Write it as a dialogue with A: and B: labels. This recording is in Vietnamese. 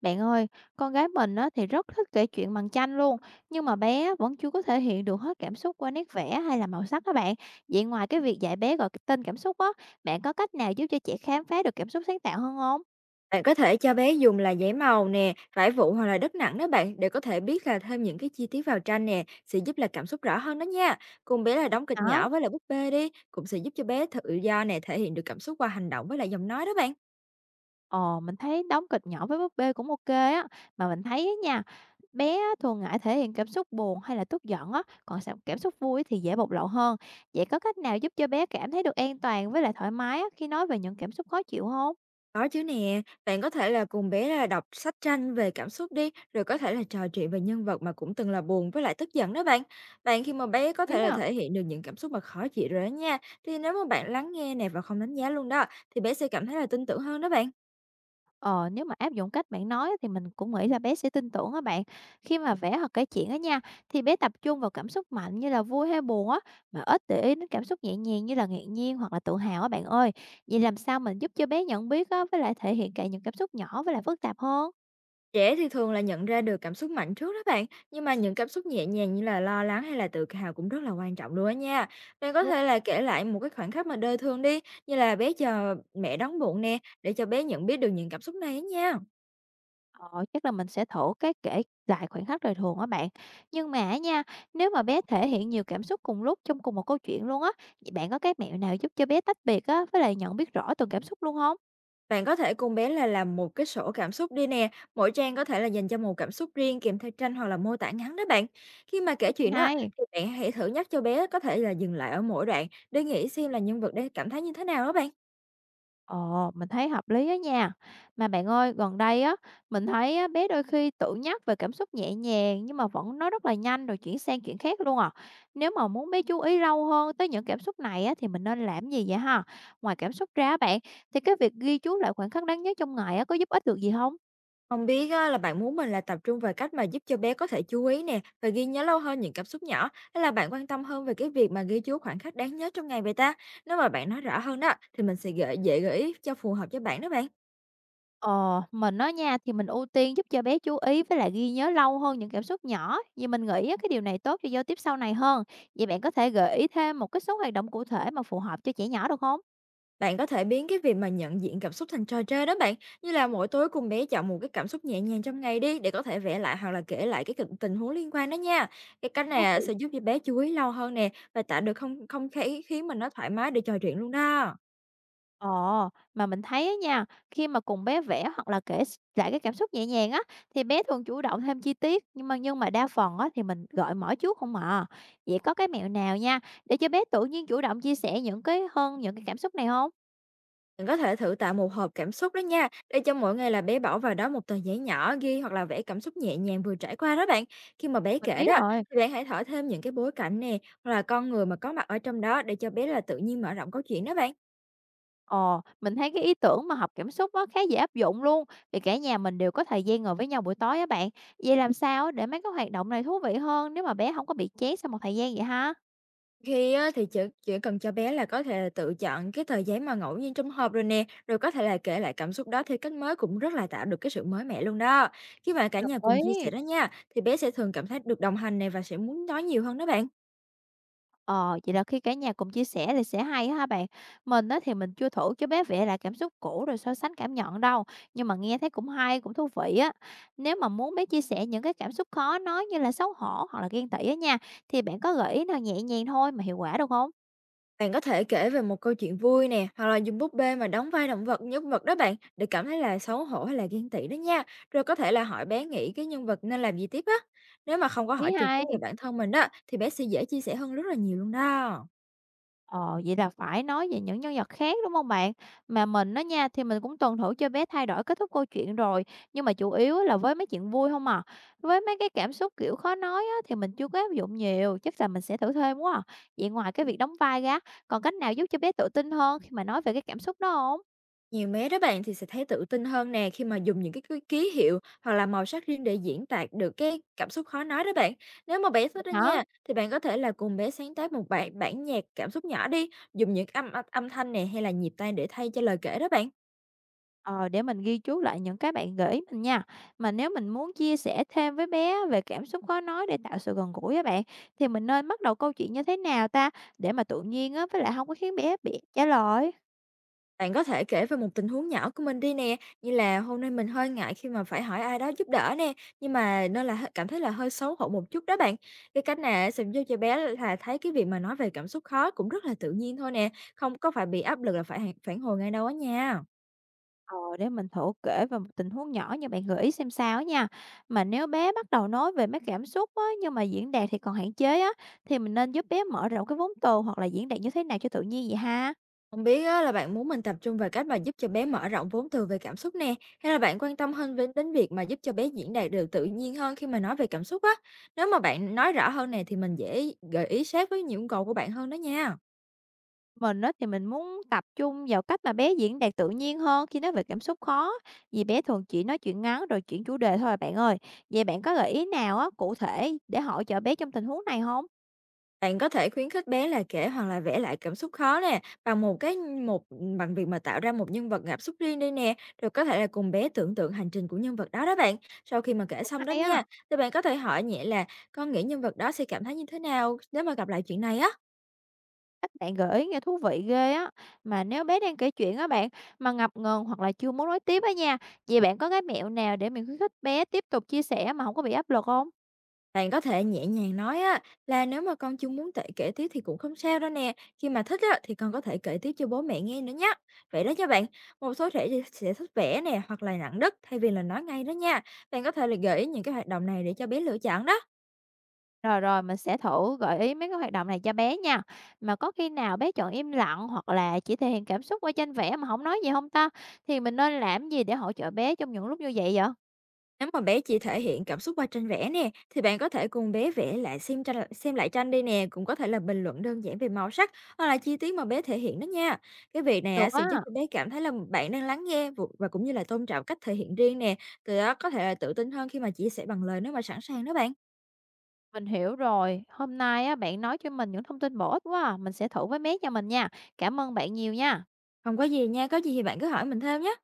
A: Bạn ơi, con gái mình á, thì rất thích kể chuyện bằng tranh luôn, nhưng mà bé vẫn chưa có thể hiện được hết cảm xúc qua nét vẽ hay là màu sắc các bạn. Vậy ngoài cái việc dạy bé gọi cái tên cảm xúc á, bạn có cách nào giúp cho trẻ khám phá được cảm xúc sáng tạo hơn không?
B: Bạn có thể cho bé dùng là giấy màu nè, vải vụn hoặc là đất nặng đó bạn, để có thể biết là thêm những cái chi tiết vào tranh nè sẽ giúp là cảm xúc rõ hơn đó nha. Cùng bé là
A: Vậy
B: đóng kịch
A: hả?
B: nhỏ với lại búp bê đi cũng sẽ giúp cho bé tự do nè thể hiện được cảm xúc qua hành động với lại giọng nói đó bạn.
A: Ồ, mình thấy đóng kịch nhỏ với búp bê cũng ok á, mà mình thấy á nha, bé á, thường ngại thể hiện cảm xúc buồn hay là tức giận á, cảm xúc vui thì dễ bộc lộ hơn. Vậy có cách nào giúp cho bé cảm thấy được an toàn với lại thoải mái á, khi nói về những cảm xúc khó chịu không?
B: Có chứ nè, bạn có thể là cùng bé là đọc sách tranh về cảm xúc đi, rồi có thể là trò chuyện về nhân vật mà cũng từng là buồn với lại tức giận đó bạn. Bạn, khi mà bé có
A: Biết
B: thể là
A: à?
B: thể hiện được những cảm xúc mà khó chịu rồi đó nha, thì nếu mà bạn lắng nghe nè và không đánh giá luôn đó, thì bé sẽ cảm thấy là tin tưởng hơn đó bạn.
A: Ờ, nếu mà áp dụng cách bạn nói á thì mình cũng nghĩ là bé sẽ tin tưởng á bạn. Khi mà vẽ hoặc kể chuyện á nha, thì bé tập trung vào cảm xúc mạnh như là vui hay buồn á, mà ít để ý đến cảm xúc nhẹ nhàng như là ngạc nhiên hoặc là tự hào á bạn ơi. Vậy làm sao mình giúp cho bé nhận biết á, với lại thể hiện cả những cảm xúc nhỏ với lại phức tạp hơn?
B: Trẻ thì thường là nhận ra được cảm xúc mạnh trước đó bạn, nhưng mà những cảm xúc nhẹ nhàng như là lo lắng hay là tự hào cũng rất là quan trọng luôn á nha. Bạn có
A: Đúng.
B: thể là kể lại một cái khoảnh khắc mà đời thường đi, như là bé chờ mẹ đón muộn nè, để cho bé nhận biết được những cảm xúc này á nha.
A: Ờ, chắc là mình sẽ thử cái kể lại khoảnh khắc đời thường á bạn. Nhưng mà á nha, nếu mà bé thể hiện nhiều cảm xúc cùng lúc trong cùng một câu chuyện luôn á, vậy bạn có cái mẹo nào giúp cho bé tách biệt á, với lại nhận biết rõ từng cảm xúc luôn không?
B: Bạn có thể cùng bé là làm một cái sổ cảm xúc đi nè, mỗi trang có thể là dành cho một cảm xúc riêng kèm theo tranh hoặc là mô tả ngắn đó bạn. Khi mà kể
A: Cái
B: chuyện đó,
A: này hay.
B: thì bạn hãy thử nhắc cho bé có thể là dừng lại ở mỗi đoạn để nghĩ xem là nhân vật đang cảm thấy như thế nào đó bạn.
A: Ồ, mình thấy hợp lý đó nha. Mà bạn ơi, gần đây á, mình thấy á, bé đôi khi tự nhắc về cảm xúc nhẹ nhàng nhưng mà vẫn nói rất là nhanh rồi chuyển sang chuyện khác luôn à. Nếu mà muốn bé chú ý lâu hơn tới những cảm xúc này á, thì mình nên làm gì vậy ha? Ngoài cảm xúc ra á bạn, thì cái việc ghi chú lại khoảnh khắc đáng nhớ trong ngày á, có giúp ích được gì không?
B: Không biết á, là bạn muốn mình là tập trung về cách mà giúp cho bé có thể chú ý nè và ghi nhớ lâu hơn những cảm xúc nhỏ, hay là bạn quan tâm hơn về cái việc mà ghi chú khoảnh khắc đáng nhớ trong ngày vậy ta? Nếu mà bạn nói rõ hơn đó, thì mình sẽ dễ gợi ý cho phù hợp cho bạn đó bạn.
A: Ờ, mình á nha thì mình ưu tiên giúp cho bé chú ý với lại ghi nhớ lâu hơn những cảm xúc nhỏ vì mình nghĩ á, cái điều này tốt cho giao tiếp sau này hơn. Vậy bạn có thể gợi ý thêm một cái số hoạt động cụ thể mà phù hợp cho trẻ nhỏ được không?
B: Bạn có thể biến cái việc mà nhận diện cảm xúc thành trò chơi đó bạn, như là mỗi tối cùng bé chọn một cái cảm xúc nhẹ nhàng trong ngày đi, để có thể vẽ lại hoặc là kể lại cái tình huống liên quan đó nha. Cái cách này
A: Thú
B: à,
A: vị.
B: sẽ giúp cho bé chú ý lâu hơn nè và tạo được không không khí khiến mình nó thoải mái để trò chuyện luôn đó.
A: Ờ, mà mình thấy á nha, khi mà cùng bé vẽ hoặc là kể lại cái cảm xúc nhẹ nhàng á, thì bé thường chủ động thêm chi tiết, nhưng mà đa phần á thì mình gợi mở trước không à. Vậy có cái mẹo nào nha, để cho bé tự nhiên chủ động chia sẻ những cái cảm xúc này không?
B: Bạn có thể thử tạo một hộp cảm xúc đó nha, để cho mỗi ngày là bé bỏ vào đó một tờ giấy nhỏ ghi hoặc là vẽ cảm xúc nhẹ nhàng vừa trải qua đó bạn. Khi mà bé
A: Mình
B: kể
A: biết
B: đó,
A: rồi.
B: thì bạn hãy thở thêm những cái bối cảnh nè, hoặc là con người mà có mặt ở trong đó, để cho bé là tự nhiên mở rộng câu chuyện đó bạn.
A: Ờ, mình thấy cái ý tưởng mà học cảm xúc á khá dễ áp dụng luôn, vì cả nhà mình đều có thời gian ngồi với nhau buổi tối á bạn. Vậy làm sao để mấy cái hoạt động này thú vị hơn nếu mà bé không có bị chán sau một thời gian vậy ha?
B: Khi á, thì chỉ cần cho bé là có thể là tự chọn cái tờ giấy mà ngẫu nhiên trong hộp rồi nè, rồi có thể là kể lại cảm xúc đó theo cách mới, cũng rất là tạo được cái sự mới mẻ luôn đó. Khi mà cả
A: Đồng
B: nhà cùng chia sẻ
A: ý.
B: đó nha, thì bé sẽ thường cảm thấy được đồng hành này và sẽ muốn nói nhiều hơn đó bạn.
A: Ờ, vậy là khi cả nhà cùng chia sẻ thì sẽ hay á ha bạn. Mình á thì mình chưa thử cái bé vẽ lại cảm xúc cũ rồi so sánh cảm nhận đâu, nhưng mà nghe thấy cũng hay, cũng thú vị á. Nếu mà muốn bé chia sẻ những cái cảm xúc khó nói như là xấu hổ hoặc là ghen tị á nha, thì bạn có gợi ý nào nhẹ nhàng thôi mà hiệu quả được không?
B: Bạn có thể kể về một câu chuyện vui nè, hoặc là dùng búp bê mà đóng vai động vật, nhân vật đó bạn, để cảm thấy là xấu hổ hay là ghen tị đó nha. Rồi có thể là hỏi bé nghĩ cái nhân vật nên làm gì tiếp á. Nếu mà không có hỏi
A: Ý
B: trực tiếp về
A: hay.
B: bản thân mình đó, thì bé sẽ dễ chia sẻ hơn rất là nhiều luôn đó.
A: Ờ, vậy là phải nói về những nhân vật khác, đúng không bạn? Mà mình á nha, thì mình cũng tuần thử cho bé thay đổi kết thúc câu chuyện rồi, nhưng mà chủ yếu á là với mấy chuyện vui không à. Với mấy cái cảm xúc, kiểu, khó nói á, thì mình chưa có áp dụng nhiều, chắc là mình sẽ thử thêm quá à. Vậy ngoài cái việc đóng vai ra, còn cách nào giúp cho bé tự tin hơn khi mà nói về cái cảm xúc đó không?
B: Nhiều bé đó bạn thì sẽ thấy tự tin hơn nè, khi mà dùng những cái ký ký hiệu hoặc là màu sắc riêng để diễn tả được cái cảm xúc khó nói đó bạn. Nếu mà bé
A: Vậy
B: thích đó
A: hả?
B: nha, thì bạn có thể là cùng bé sáng tác một bản bản nhạc cảm xúc nhỏ đi, dùng những âm âm thanh nè hay là nhịp tay để thay cho lời kể đó bạn.
A: Ờ, để mình ghi chú lại những cái bạn gợi ý mình nha. Mà nếu mình muốn chia sẻ thêm với bé về cảm xúc khó nói để tạo sự gần gũi với bạn, thì mình nên bắt đầu câu chuyện như thế nào ta? Để mà tự nhiên á, với lại không có khiến bé bị trả lời.
B: Bạn có thể kể về một tình huống nhỏ của mình đi nè, như là hôm nay mình hơi ngại khi mà phải hỏi ai đó giúp đỡ nè, nhưng mà nên là cảm thấy là hơi xấu hổ một chút đó bạn. Cái cách này sẽ giúp cho bé là thấy cái việc mà nói về cảm xúc khó cũng rất là tự nhiên thôi nè, không có phải bị áp lực là phải phản hồi ngay đâu á nha.
A: Ờ, để mình thử kể về một tình huống nhỏ như bạn gợi ý xem sao á nha. Mà nếu bé bắt đầu nói về mấy cảm xúc á, nhưng mà diễn đạt thì còn hạn chế á, thì mình nên giúp bé mở rộng cái vốn từ hoặc là diễn đạt như thế nào cho tự nhiên vậy ha?
B: Không biết á, là bạn muốn mình tập trung vào cách mà giúp cho bé mở rộng vốn từ về cảm xúc nè, hay là bạn quan tâm hơn đến việc mà giúp cho bé diễn đạt được tự nhiên hơn khi mà nói về cảm xúc á. Nếu mà bạn nói rõ hơn này, thì mình dễ gợi ý sát với những yêu cầu của bạn hơn đó nha.
A: Mình á thì mình muốn tập trung vào cách mà bé diễn đạt tự nhiên hơn khi nói về cảm xúc khó, vì bé thường chỉ nói chuyện ngắn rồi chuyển chủ đề thôi à bạn ơi. Vậy bạn có gợi ý nào á cụ thể để hỗ trợ bé trong tình huống này không?
B: Bạn có thể khuyến khích bé là kể hoặc là vẽ lại cảm xúc khó nè, bằng việc mà tạo ra một nhân vật cảm xúc riêng đây nè, rồi có thể là cùng bé tưởng tượng hành trình của nhân vật đó đó bạn. Sau khi mà kể
A: Cũng
B: xong đó
A: hay á,
B: nha, thì bạn có thể hỏi nhẹ là: con nghĩ nhân vật đó sẽ cảm thấy như thế nào nếu mà gặp lại chuyện này á.
A: các bạn gợi ý nghe thú vị ghê á. Mà nếu bé đang kể chuyện á bạn, mà ngập ngừng hoặc là chưa muốn nói tiếp á nha, vậy bạn có cái mẹo nào để mình khuyến khích bé tiếp tục chia sẻ mà không có bị áp lực không?
B: Bạn có thể nhẹ nhàng nói á, là nếu mà con chưa muốn kể tiếp thì cũng không sao đâu nè. Khi mà thích á, thì con có thể kể tiếp cho bố mẹ nghe nữa nhé. Vậy đó nha bạn. Một số trẻ thì sẽ thích vẽ nè hoặc là nặng đất thay vì là nói ngay đó nha. Bạn có thể là gợi ý những cái hoạt động này để cho bé lựa chọn đó.
A: Rồi, rồi, mình sẽ thử gợi ý mấy cái hoạt động này cho bé nha. Mà có khi nào bé chọn im lặng hoặc là chỉ thể hiện cảm xúc qua tranh vẽ mà không nói gì hông ta? Thì mình nên làm gì để hỗ trợ bé trong những lúc như vậy vậy?
B: Nếu mà bé chỉ thể hiện cảm xúc qua tranh vẽ nè, thì bạn có thể cùng bé vẽ lại xem lại tranh đi nè, cũng có thể là bình luận đơn giản về màu sắc hoặc là chi tiết mà bé thể hiện đó nha. Cái việc này á,
A: Được
B: sẽ
A: á,
B: giúp cho bé cảm thấy là bạn đang lắng nghe và cũng như là tôn trọng cách thể hiện riêng nè, từ đó có thể là tự tin hơn khi mà chia sẻ bằng lời nếu mà sẵn sàng đó bạn.
A: mình hiểu rồi. Hôm nay á, bạn nói cho mình những thông tin bổ ích quá à. Mình sẽ thử với bé cho mình nha. Cảm ơn bạn nhiều nha.
B: Không có gì nha, có gì thì bạn cứ hỏi mình thêm nhé.